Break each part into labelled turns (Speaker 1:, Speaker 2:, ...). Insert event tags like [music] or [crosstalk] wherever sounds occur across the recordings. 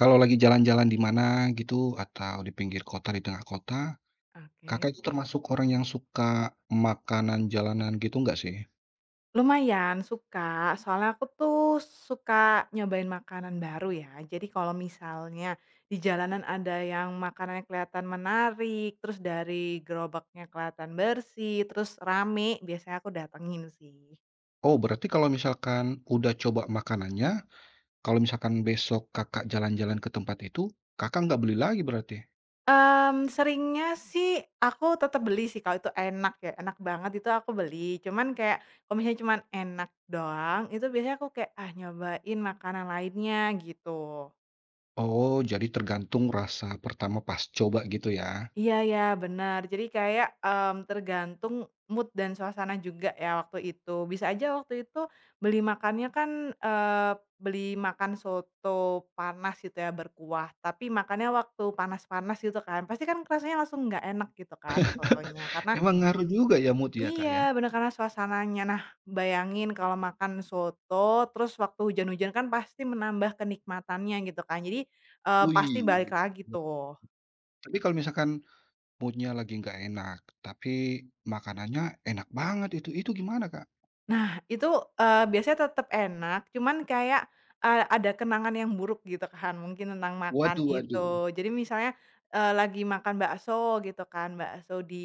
Speaker 1: Kalau lagi jalan-jalan di mana gitu atau di pinggir kota, di tengah kota,
Speaker 2: Oke.
Speaker 1: Kakak itu termasuk orang yang suka makanan jalanan gitu nggak sih?
Speaker 2: Lumayan suka, soalnya aku tuh suka nyobain makanan baru ya. Jadi kalau misalnya di jalanan ada yang makanannya kelihatan menarik, terus dari gerobaknya kelihatan bersih, terus rame, biasanya aku datengin sih.
Speaker 1: Oh berarti kalau misalkan udah coba makanannya, kalau misalkan besok Kakak jalan-jalan ke tempat itu, Kakak nggak beli lagi berarti?
Speaker 2: Seringnya sih aku tetap beli sih kalau itu enak ya, enak banget itu aku beli. Cuman kayak kalau misalnya cuman enak doang, itu biasanya aku kayak, ah nyobain makanan lainnya gitu.
Speaker 1: Oh jadi tergantung rasa pertama pas coba gitu ya.
Speaker 2: Iya ya benar. Jadi kayak, tergantung mood dan suasana juga ya waktu itu. Bisa aja waktu itu beli makannya kan, eee, beli makan soto panas gitu ya, berkuah, tapi makannya waktu panas-panas gitu kan, pasti kan rasanya langsung nggak enak gitu kan sotonya, karena
Speaker 1: Emang ngaruh juga ya mood ya, Kak,
Speaker 2: iya,
Speaker 1: ya?
Speaker 2: bener, karena suasananya. Nah, bayangin kalau makan soto terus waktu hujan-hujan kan pasti menambah kenikmatannya gitu kan, jadi, pasti balik
Speaker 1: Wih.
Speaker 2: lagi tuh.
Speaker 1: Tapi kalau misalkan mood lagi nggak enak, tapi makanannya enak banget itu gimana, Kak?
Speaker 2: Nah, itu, biasanya tetap enak, cuman kayak, ada kenangan yang buruk gitu kan, mungkin tentang makan
Speaker 1: Waduh waduh.
Speaker 2: itu. Jadi misalnya, lagi makan bakso gitu kan, bakso di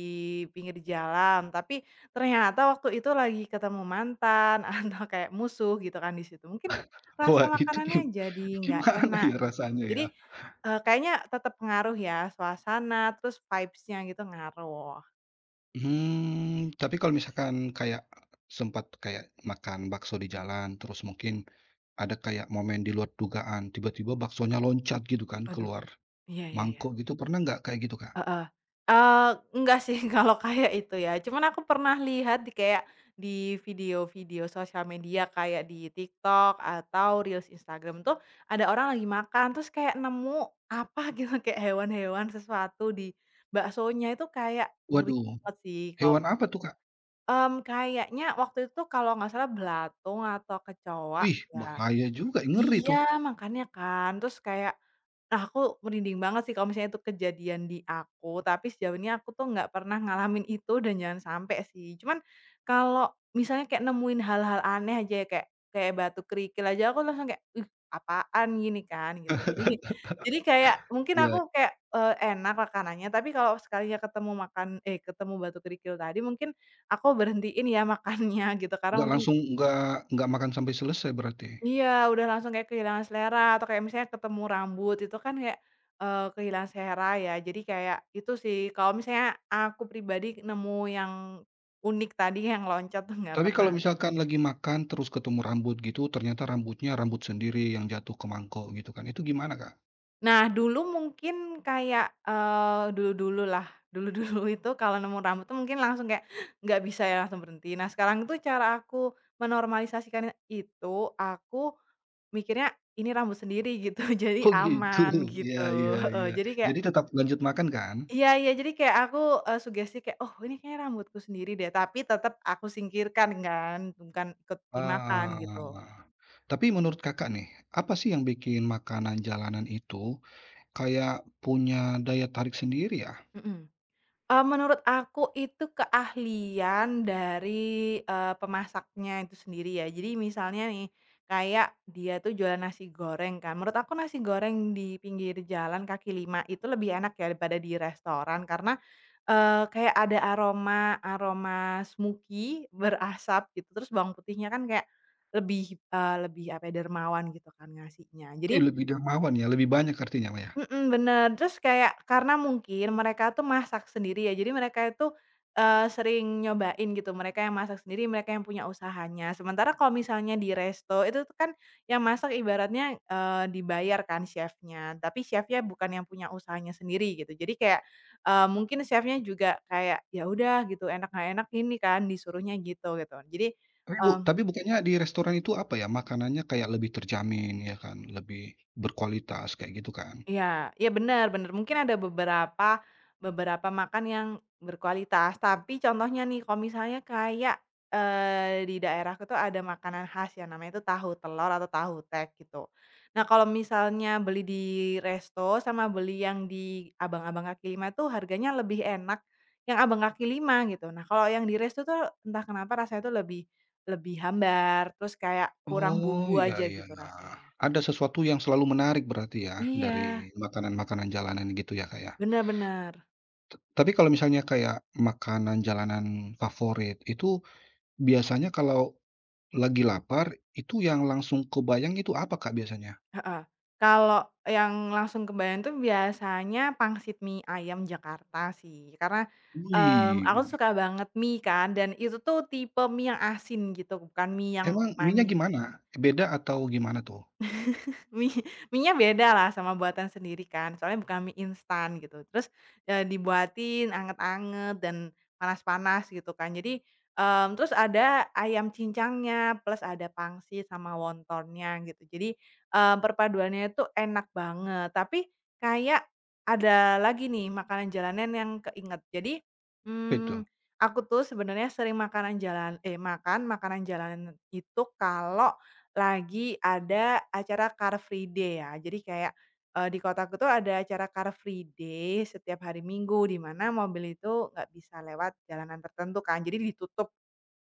Speaker 2: pinggir jalan, tapi ternyata waktu itu lagi ketemu mantan [laughs] atau kayak musuh gitu kan di situ. Mungkin
Speaker 1: Wah
Speaker 2: rasa
Speaker 1: [laughs] itu
Speaker 2: makanannya jadi nggak
Speaker 1: gimana
Speaker 2: enak
Speaker 1: ya
Speaker 2: gitu.
Speaker 1: rasanya
Speaker 2: Jadi,
Speaker 1: ya?
Speaker 2: kayaknya tetap pengaruh ya, suasana, terus vibes-nya gitu ngaruh.
Speaker 1: Mmm, tapi kalau misalkan kayak sempat kayak makan bakso di jalan, terus mungkin ada kayak momen di luar dugaan, tiba-tiba baksonya loncat gitu kan
Speaker 2: Aduh,
Speaker 1: keluar
Speaker 2: iya, iya, iya.
Speaker 1: mangkok gitu, pernah nggak kayak gitu, Kak?
Speaker 2: Heeh. Eee, enggak sih [laughs] kalau kayak itu ya, cuman aku pernah lihat di kayak di video-video sosial media kayak di TikTok atau reels Instagram tuh ada orang lagi makan terus kayak nemu apa [laughs] gitu, kayak hewan-hewan sesuatu di baksonya itu kayak ngeri
Speaker 1: Waduh,
Speaker 2: banget sih kalau
Speaker 1: hewan apa tuh, Kak?
Speaker 2: kayaknya waktu itu kalau nggak salah belatung atau kecoa
Speaker 1: Wih,
Speaker 2: ya.
Speaker 1: bahaya juga, ngeri
Speaker 2: Iya,
Speaker 1: tuh.
Speaker 2: makanya kan. Terus kayak, nah aku merinding banget sih kalau misalnya itu kejadian di aku, tapi sejauh ini aku tuh nggak pernah ngalamin itu dan jangan sampai sih. Cuman kalau misalnya kayak nemuin hal-hal aneh aja ya, kayak kayak batu kerikil aja aku langsung kayak, "Ih, apaan?" Gini kan, gitu. Jadi kayak mungkin aku
Speaker 1: Iya.
Speaker 2: kayak, enak makanannya, tapi kalau sekalinya ketemu ketemu batu kerikil tadi mungkin aku berhentiin ya makannya gitu, karena
Speaker 1: Nggak
Speaker 2: mungkin
Speaker 1: langsung nggak makan sampai selesai berarti.
Speaker 2: iya, udah langsung kayak kehilangan selera atau kayak misalnya ketemu rambut itu kan kayak, kehilangan selera ya. Jadi kayak itu sih kalau misalnya aku pribadi nemu yang unik tadi [laughs] yang loncat tuh nggak
Speaker 1: Tapi
Speaker 2: pernah.
Speaker 1: kalau misalkan lagi makan terus ketemu rambut gitu, ternyata rambutnya rambut sendiri yang jatuh ke mangkok gitu kan, itu gimana, Kak? [laughs]
Speaker 2: Nah dulu mungkin kayak, dulu lah, dulu-dulu [laughs] itu kalau nemu rambut tuh mungkin langsung kayak [gasps] nggak bisa ya langsung berhenti. Nah sekarang tuh cara aku menormalisasikan itu, aku mikirnya ini rambut sendiri gitu, [laughs] jadi
Speaker 1: Oh gitu,
Speaker 2: aman
Speaker 1: iya
Speaker 2: gitu.
Speaker 1: iya iya.
Speaker 2: [laughs] Jadi kayak
Speaker 1: Jadi tetap lanjut makan kan?
Speaker 2: iya, iya, jadi kayak aku, sugesti kayak, "Oh ini kayaknya rambutku sendiri deh," tapi tetep aku singkirkan kan, bukan ikut dimakan gitu.
Speaker 1: Ah. Tapi menurut Kakak nih, apa sih yang bikin makanan jalanan itu kayak punya daya tarik sendiri ya?
Speaker 2: Mhm. Menurut aku itu keahlian dari, pemasaknya itu sendiri ya. Jadi misalnya nih, kayak dia tuh jualan nasi goreng kan, menurut aku nasi goreng di pinggir jalan kaki lima itu lebih enak ya daripada di restoran karena, kayak ada aroma aroma smoky berasap gitu, terus bawang putihnya kan kayak lebih apa ya, dermawan gitu kan ngasihnya. Jadi
Speaker 1: Ih, lebih dermawan ya, lebih banyak artinya mah ya?
Speaker 2: mhm, bener. Terus kayak karena mungkin mereka tuh masak sendiri ya, jadi mereka itu, sering nyobain gitu, mereka yang masak sendiri, mereka yang punya usahanya. Sementara kalau misalnya di resto, itu tuh kan yang masak ibaratnya, dibayar kan chef-nya, tapi chef-nya bukan yang punya usahanya sendiri gitu. Jadi kayak, mungkin chef-nya juga kayak, "Ya udah," gitu, "enak nggak enak ini kan," disuruhnya gitu, gitu. Jadi,
Speaker 1: Tapi
Speaker 2: mmm
Speaker 1: tapi bukannya di restoran itu apa ya, makanannya kayak lebih terjamin ya kan, lebih berkualitas kayak gitu kan?
Speaker 2: Iya, iya, benar, benar. Mungkin ada beberapa beberapa makan yang berkualitas, tapi contohnya nih kalau misalnya kayak, di daerahku tuh ada makanan khas yang namanya itu tahu telur atau tahu tek gitu. Nah kalau misalnya beli di resto sama beli yang di abang-abang kaki lima tuh harganya lebih enak yang abang kaki lima gitu. Nah kalau yang di resto tuh entah kenapa rasanya tuh lebih lebih hambar, terus kayak kurang
Speaker 1: Oh,
Speaker 2: bumbu
Speaker 1: iya
Speaker 2: aja
Speaker 1: iya.
Speaker 2: gitu
Speaker 1: Nah,
Speaker 2: rasanya.
Speaker 1: ada sesuatu yang selalu menarik berarti ya,
Speaker 2: Iya,
Speaker 1: dari makanan-makanan jalanan gitu ya, Kak, ya?
Speaker 2: benar-benar.
Speaker 1: Tapi kalau misalnya kayak makanan jalanan favorit, itu biasanya kalau lagi lapar, itu yang langsung kebayang itu apa, Kak, biasanya?
Speaker 2: Heeh. Kalau yang langsung kebayang tuh biasanya pangsit mie ayam Jakarta sih, karena, aku
Speaker 1: Wih,
Speaker 2: suka banget mie kan dan itu tuh tipe mie yang asin gitu, bukan mie yang
Speaker 1: emang minyak
Speaker 2: manis.
Speaker 1: gimana? Beda atau gimana tuh?
Speaker 2: [laughs] Mie mienya beda lah sama buatan sendiri kan, soalnya bukan mie instan gitu. Terus, dibuatin anget-anget dan panas-panas gitu kan. Jadi, terus ada ayam cincangnya, plus ada pangsit sama wontonnya gitu. Jadi, perpaduannya itu enak banget, tapi kayak ada lagi nih makanan jalanan yang keinget. Jadi,
Speaker 1: Itu?
Speaker 2: mmm, aku tuh sebenarnya sering makan makanan jalanan itu kalau lagi ada acara Car Free Day ya. Jadi kayak, di kotaku tuh ada acara Car Free Day setiap hari Minggu, di mana mobil itu nggak bisa lewat jalanan tertentu kan, jadi ditutup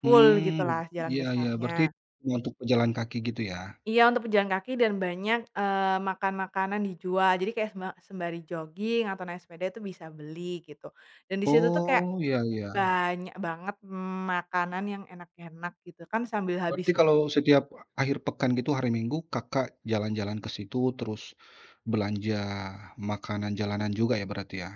Speaker 2: full
Speaker 1: Hmm,
Speaker 2: gitulah jalan
Speaker 1: iya iya, berarti
Speaker 2: besarnya.
Speaker 1: untuk pejalan kaki gitu ya?
Speaker 2: Iya, untuk pejalan kaki dan banyak, makan-makanan dijual. Jadi kayak sembari jogging atau naik sepeda itu bisa beli gitu. Dan di situ tuh kayak
Speaker 1: Oh, iya iya.
Speaker 2: banyak banget makanan yang enak-enak gitu kan sambil
Speaker 1: Berarti
Speaker 2: habis.
Speaker 1: kalau setiap akhir pekan gitu, hari Minggu, Kakak jalan-jalan ke situ, terus belanja makanan jalanan juga ya berarti ya?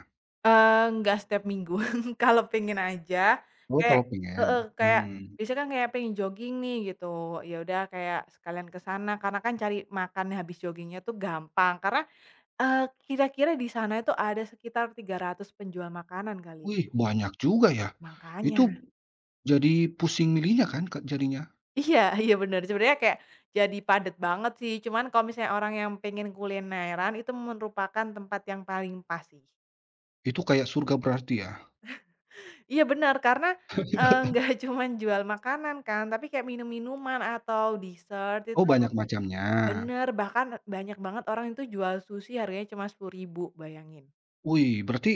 Speaker 2: Nggak setiap minggu, [laughs] kalau pengen aja,
Speaker 1: Oh,
Speaker 2: kayak
Speaker 1: kalau pengen,
Speaker 2: heeh, kayak
Speaker 1: mmm.
Speaker 2: biasanya kan kayak pengen jogging nih gitu, ya udah kayak sekalian ke sana karena kan cari makan habis joggingnya tuh gampang karena, eee, kira-kira di sana itu ada sekitar 300 penjual makanan kali,
Speaker 1: Wih, banyak juga ya.
Speaker 2: makanya.
Speaker 1: Itu jadi pusing milihnya kan Kak, jadinya?
Speaker 2: Iya, iya, bener, sebenarnya kayak jadi padat banget sih cuman kalau misalnya orang yang pengen kulineran itu merupakan tempat yang paling pas sih.
Speaker 1: Itu kayak surga berarti ya?
Speaker 2: Iya benar karena, nggak [laughs] cuman jual makanan kan, tapi kayak minum-minuman atau dessert itu
Speaker 1: Oh,
Speaker 2: tuh
Speaker 1: banyak macamnya.
Speaker 2: bener, bahkan banyak banget orang itu jual sushi harganya cuma 10.000 bayangin.
Speaker 1: Wih, berarti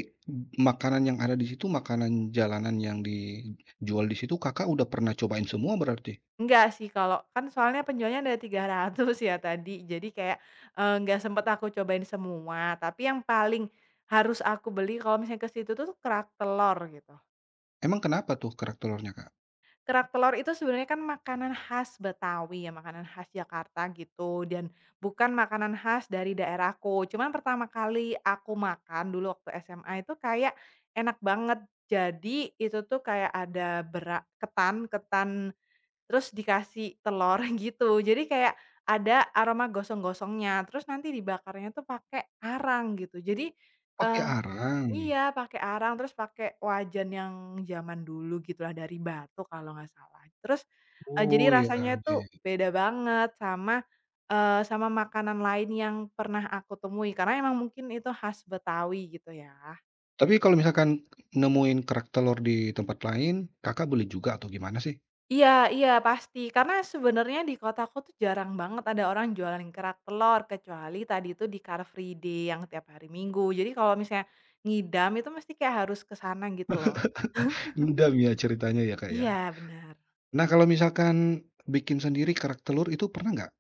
Speaker 1: makanan yang ada di situ, makanan jalanan yang dijual di situ Kakak udah pernah cobain semua berarti?
Speaker 2: Enggak sih kalau kan soalnya penjualnya ada 300 [laughs] ya tadi, jadi kayak, nggak sempet aku cobain semua, tapi yang paling harus aku beli kalau misalnya ke situ tuh kerak telur gitu.
Speaker 1: Emang kenapa tuh karakternya Kak?
Speaker 2: Kerak telur itu sebenarnya kan makanan khas Betawi ya, makanan khas Jakarta gitu, dan bukan makanan khas dari daerahku. Cuman pertama kali aku makan dulu waktu SMA itu kayak enak banget. Jadi itu tuh kayak ada ketan ketan terus dikasih telur [laughs] gitu. Jadi kayak ada aroma gosong-gosongnya, terus nanti dibakarnya tuh pakai arang gitu.
Speaker 1: Pakai
Speaker 2: Eh,
Speaker 1: arang?
Speaker 2: Iya, pakai arang, terus pakai wajan yang zaman dulu gitulah, dari batu kalau nggak salah. Terus, jadi
Speaker 1: Oh, ya.
Speaker 2: rasanya itu
Speaker 1: Iya.
Speaker 2: beda banget sama makanan lain yang pernah aku temui, karena emang mungkin itu khas Betawi gitu ya.
Speaker 1: Tapi kalau misalkan nemuin kerak telur di tempat lain, Kakak beli juga atau gimana sih?
Speaker 2: Iya, iya, pasti. Karena sebenarnya di kotaku tuh jarang banget ada orang jualan kerak telur, kecuali tadi itu di Car Free Day yang tiap hari Minggu. Jadi kalau misalnya ngidam itu mesti kayak harus ke sana gitu loh. [laughs]
Speaker 1: Ngedam ya ceritanya ya, Kak, ya.
Speaker 2: Iya, benar.
Speaker 1: Nah, kalau misalkan bikin sendiri kerak telur itu pernah nggak?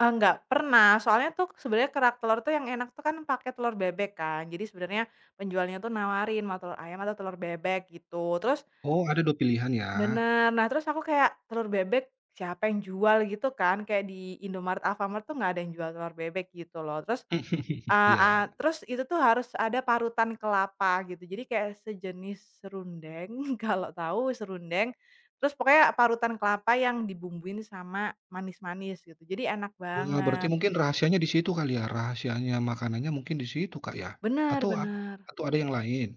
Speaker 2: Nggak pernah, soalnya tuh sebenarnya kerak telur tuh yang enak tuh kan pakai telur bebek kan. Jadi sebenarnya penjualnya tuh nawarin mau telur ayam atau telur bebek gitu. Terus
Speaker 1: Oh, ada 2 pilihan ya.
Speaker 2: bener, nah terus aku kayak telur bebek siapa yang jual gitu kan, kayak di Indomaret, Alfamart tuh nggak ada yang jual telur bebek gitu loh. Terus,
Speaker 1: [laughs]
Speaker 2: eee
Speaker 1: Iya.
Speaker 2: eee, terus itu tuh harus ada parutan kelapa gitu. Jadi kayak sejenis serundeng, [laughs] kalau tahu serundeng, terus pokoknya parutan kelapa yang dibumbuin sama manis-manis gitu. Jadi enak
Speaker 1: Wah, berarti
Speaker 2: banget.
Speaker 1: mungkin rahasianya di situ kali ya, rahasianya makanannya mungkin di situ, Kak, ya?
Speaker 2: Benar,
Speaker 1: Atau
Speaker 2: benar,
Speaker 1: atau ada yang lain?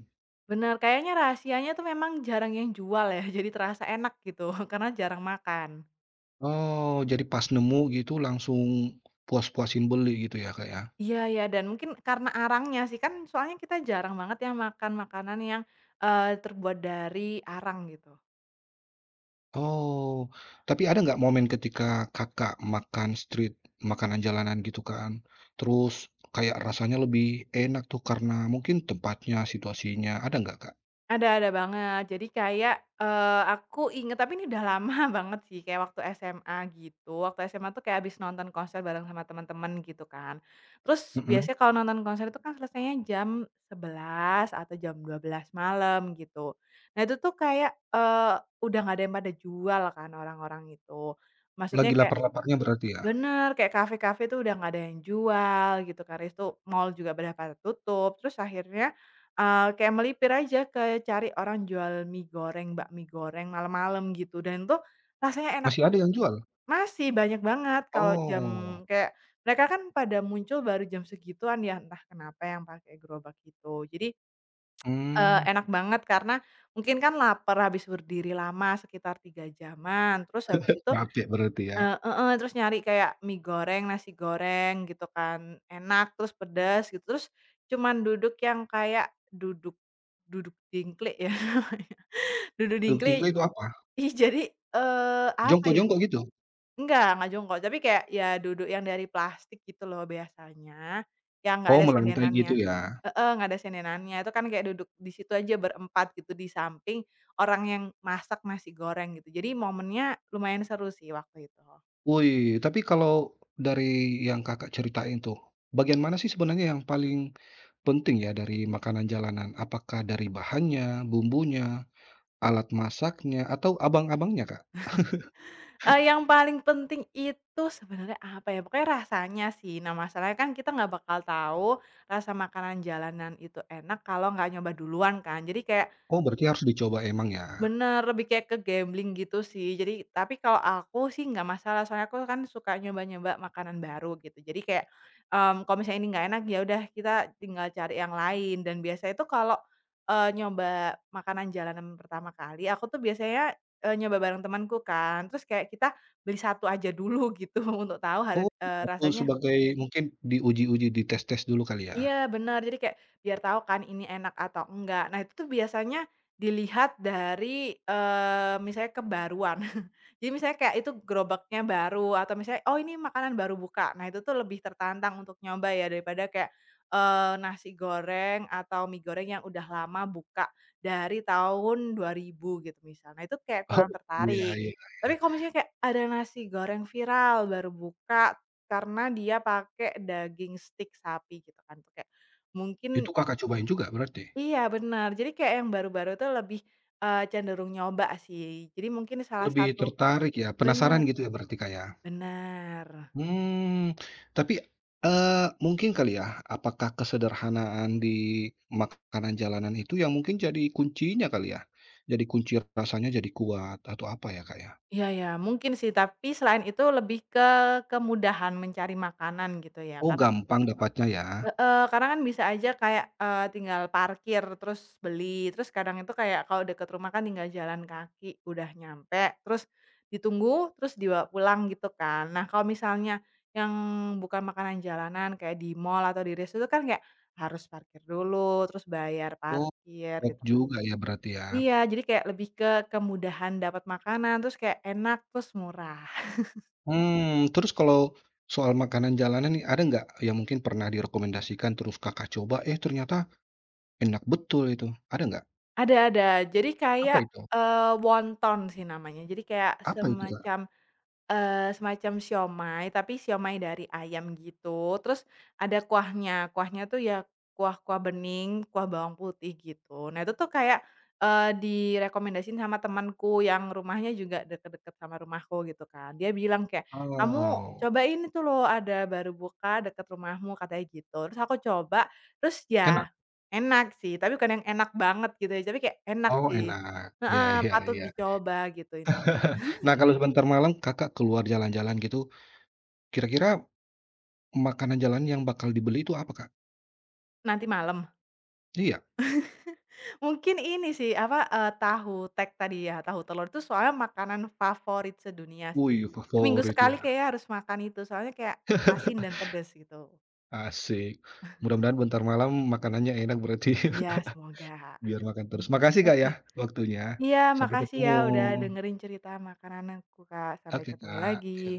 Speaker 2: benar, kayaknya rahasianya tuh memang jarang yang jual ya, [laughs] jadi terasa enak gitu, [laughs] karena jarang makan.
Speaker 1: Oh, jadi pas nemu gitu langsung puas-puasin beli gitu ya, Kak, ya?
Speaker 2: Iya, iya, dan mungkin karena arangnya sih, kan soalnya kita jarang banget ya makan makanan yang, terbuat dari arang gitu.
Speaker 1: Oh, tapi ada nggak momen ketika Kakak makan street, makanan jalanan gitu kan, terus kayak rasanya lebih enak tuh karena mungkin tempatnya, situasinya, ada nggak, Kak?
Speaker 2: Ada banget. Jadi kayak, aku inget tapi ini udah lama [laughs] banget sih, kayak waktu SMA gitu. Waktu SMA tuh kayak abis nonton konser bareng sama teman-teman gitu kan. Terus
Speaker 1: Mhm,
Speaker 2: biasanya kalau nonton konser itu kan selesainya jam 11 atau jam 12 malam gitu. Nah itu tuh kayak, udah nggak ada yang pada jual kan orang-orang itu. Maksudnya
Speaker 1: lagi
Speaker 2: kayak
Speaker 1: lapar-laparnya berarti ya?
Speaker 2: bener, kayak kafe-kafe tuh udah nggak ada yang jual gitu kan, itu mall juga pada pada tutup, terus akhirnya, kayak melipir aja ke cari orang jual mie goreng, bakmi goreng malam-malam gitu, dan itu rasanya enak
Speaker 1: Masih ada yang jual?
Speaker 2: masih banyak banget kalau jam
Speaker 1: Oh,
Speaker 2: kayak mereka kan pada muncul baru jam segituan ya, entah kenapa yang pakai gerobak itu. Jadi,
Speaker 1: mmm,
Speaker 2: enak banget karena mungkin kan lapar habis berdiri lama sekitar 3 jaman, terus habis itu
Speaker 1: capek berarti ya.
Speaker 2: Heeh, terus nyari kayak mie goreng, nasi goreng gitu kan, enak terus pedes gitu, terus cuman duduk yang kayak duduk duduk dingklik ya [laughs] namanya, duduk
Speaker 1: Duduk
Speaker 2: dingklik.
Speaker 1: cingkle itu apa?
Speaker 2: Ih, jadi, apa ya
Speaker 1: Jongkok-jongkok gitu?
Speaker 2: enggak jongkok, tapi kayak ya duduk yang dari plastik gitu loh biasanya, yang nggak
Speaker 1: Oh,
Speaker 2: ada
Speaker 1: melantai
Speaker 2: sendenannya.
Speaker 1: gitu ya?
Speaker 2: Heeh, nggak ada sendenannya, itu kan kayak duduk di situ aja berempat gitu di samping orang yang masak nasi goreng gitu. Jadi momennya lumayan seru sih waktu itu.
Speaker 1: Wih, tapi kalau dari yang Kakak ceritain tuh, bagian mana sih sebenarnya yang paling penting ya dari makanan jalanan, apakah dari bahannya, bumbunya, alat masaknya, atau abang-abangnya, Kak?
Speaker 2: Yang paling penting itu sebenarnya apa ya, pokoknya rasanya sih. Nah, masalahnya kan kita nggak bakal tahu rasa makanan jalanan itu enak kalau nggak nyoba duluan kan. Jadi kayak
Speaker 1: Oh, berarti harus dicoba emang ya?
Speaker 2: bener, lebih kayak ke gambling gitu sih. Jadi tapi kalau aku sih nggak masalah, soalnya aku kan suka nyoba-nyoba makanan baru gitu. Jadi kayak, kalau misalnya ini nggak enak, ya udah kita tinggal cari yang lain. Dan biasanya itu kalau, nyoba makanan jalanan pertama kali, aku tuh biasanya, nyoba bareng temanku kan. Terus kayak kita beli satu aja dulu gitu [laughs] untuk tahu
Speaker 1: Oh, itu
Speaker 2: rasanya.
Speaker 1: sebagai mungkin diuji-uji, dites-tes dulu kali ya?
Speaker 2: Iya, benar, jadi kayak biar tahu kan ini enak atau enggak. Nah itu tuh biasanya dilihat dari, misalnya kebaruan. [laughs] Jadi misalnya kayak itu gerobaknya baru atau misalnya, "Oh ini makanan baru buka." Nah itu tuh lebih tertantang untuk nyoba ya daripada kayak, nasi goreng atau mie goreng yang udah lama buka dari tahun 2000 gitu misal. Nah itu kayak
Speaker 1: Oh,
Speaker 2: kurang
Speaker 1: iya
Speaker 2: tertarik.
Speaker 1: iya iya.
Speaker 2: Tapi kalau misalnya kayak ada nasi goreng viral baru buka karena dia pakai daging stick sapi gitu kan, tuh kayak mungkin
Speaker 1: Itu Kakak cobain juga berarti?
Speaker 2: iya, benar, jadi kayak yang baru-baru tuh lebih, cenderung nyoba sih. Jadi mungkin salah
Speaker 1: Lebih
Speaker 2: satu
Speaker 1: tertarik ya, penasaran
Speaker 2: benar,
Speaker 1: gitu ya berarti, Kak, ya?
Speaker 2: benar.
Speaker 1: Hmm, tapi, eee, mungkin kali ya, apakah kesederhanaan di makanan jalanan itu yang mungkin jadi kuncinya kali ya? Jadi kunci rasanya jadi kuat atau apa ya, Kak, ya?
Speaker 2: Iya, iya, mungkin sih, tapi selain itu lebih ke kemudahan mencari makanan gitu ya,
Speaker 1: Oh,
Speaker 2: karena
Speaker 1: gampang dapatnya ya?
Speaker 2: heeh, karena kan bisa aja kayak, tinggal parkir, terus beli, terus kadang itu kayak kalau deket rumah kan tinggal jalan kaki udah nyampe, terus ditunggu, terus dibawa pulang gitu kan. Nah, kalau misalnya yang bukan makanan jalanan kayak di mall atau di resto itu kan kayak harus parkir dulu, terus bayar
Speaker 1: Oh,
Speaker 2: parkir
Speaker 1: kuat
Speaker 2: gitu kan.
Speaker 1: juga ya berarti ya?
Speaker 2: Iya, jadi kayak lebih ke kemudahan dapat makanan, terus kayak enak, terus murah. [laughs]
Speaker 1: Hmm, terus kalau soal makanan jalanan nih, ada nggak yang mungkin pernah direkomendasikan terus Kakak coba, eh, ternyata enak betul itu, ada nggak?
Speaker 2: Ada, jadi
Speaker 1: Apa
Speaker 2: kayak,
Speaker 1: itu?
Speaker 2: wonton sih namanya, jadi kayak
Speaker 1: Apa itu, Kak?
Speaker 2: semacam siomay, tapi siomay dari ayam gitu, terus ada kuahnya, kuahnya tuh ya kuah-kuah bening, kuah bawang putih gitu. Nah itu tuh kayak, direkomendasiin sama temanku yang rumahnya juga deket-deket sama rumahku gitu kan. Dia bilang kayak, "Kamu
Speaker 1: Oh,
Speaker 2: cobain itu loh ada baru buka deket rumahmu," katanya gitu. Terus aku coba, terus ya
Speaker 1: enak?
Speaker 2: enak sih, tapi bukan yang enak banget gitu ya, tapi kayak enak
Speaker 1: Oh,
Speaker 2: sih.
Speaker 1: enak. Ya,
Speaker 2: Heeh,
Speaker 1: ya,
Speaker 2: patut
Speaker 1: ya.
Speaker 2: dicoba gitu intinya.
Speaker 1: Nah, kalau sebentar malam Kakak keluar jalan-jalan gitu, kira-kira makanan jalan yang bakal dibeli itu apa, Kak?
Speaker 2: Nanti malam?
Speaker 1: Iya.
Speaker 2: Mungkin ini sih, apa, tahu tek tadi ya, tahu telur itu soalnya makanan favorit sedunia sih.
Speaker 1: Wih,
Speaker 2: Seminggu
Speaker 1: favorit
Speaker 2: sekali
Speaker 1: ya,
Speaker 2: kayak harus makan itu, soalnya kayak asin dan pedes gitu.
Speaker 1: asik. Mudah-mudahan bentar malam makanannya enak berarti [laughs]
Speaker 2: Iya, semoga.
Speaker 1: biar makan terus. Makasih, Kak,
Speaker 2: Oke.
Speaker 1: ya waktunya.
Speaker 2: Iya,
Speaker 1: Sampai
Speaker 2: makasih
Speaker 1: ketemu.
Speaker 2: ya udah dengerin cerita makananku, Kak. Sampai
Speaker 1: Oke,
Speaker 2: ketemu
Speaker 1: Kak.
Speaker 2: lagi.
Speaker 1: Ya.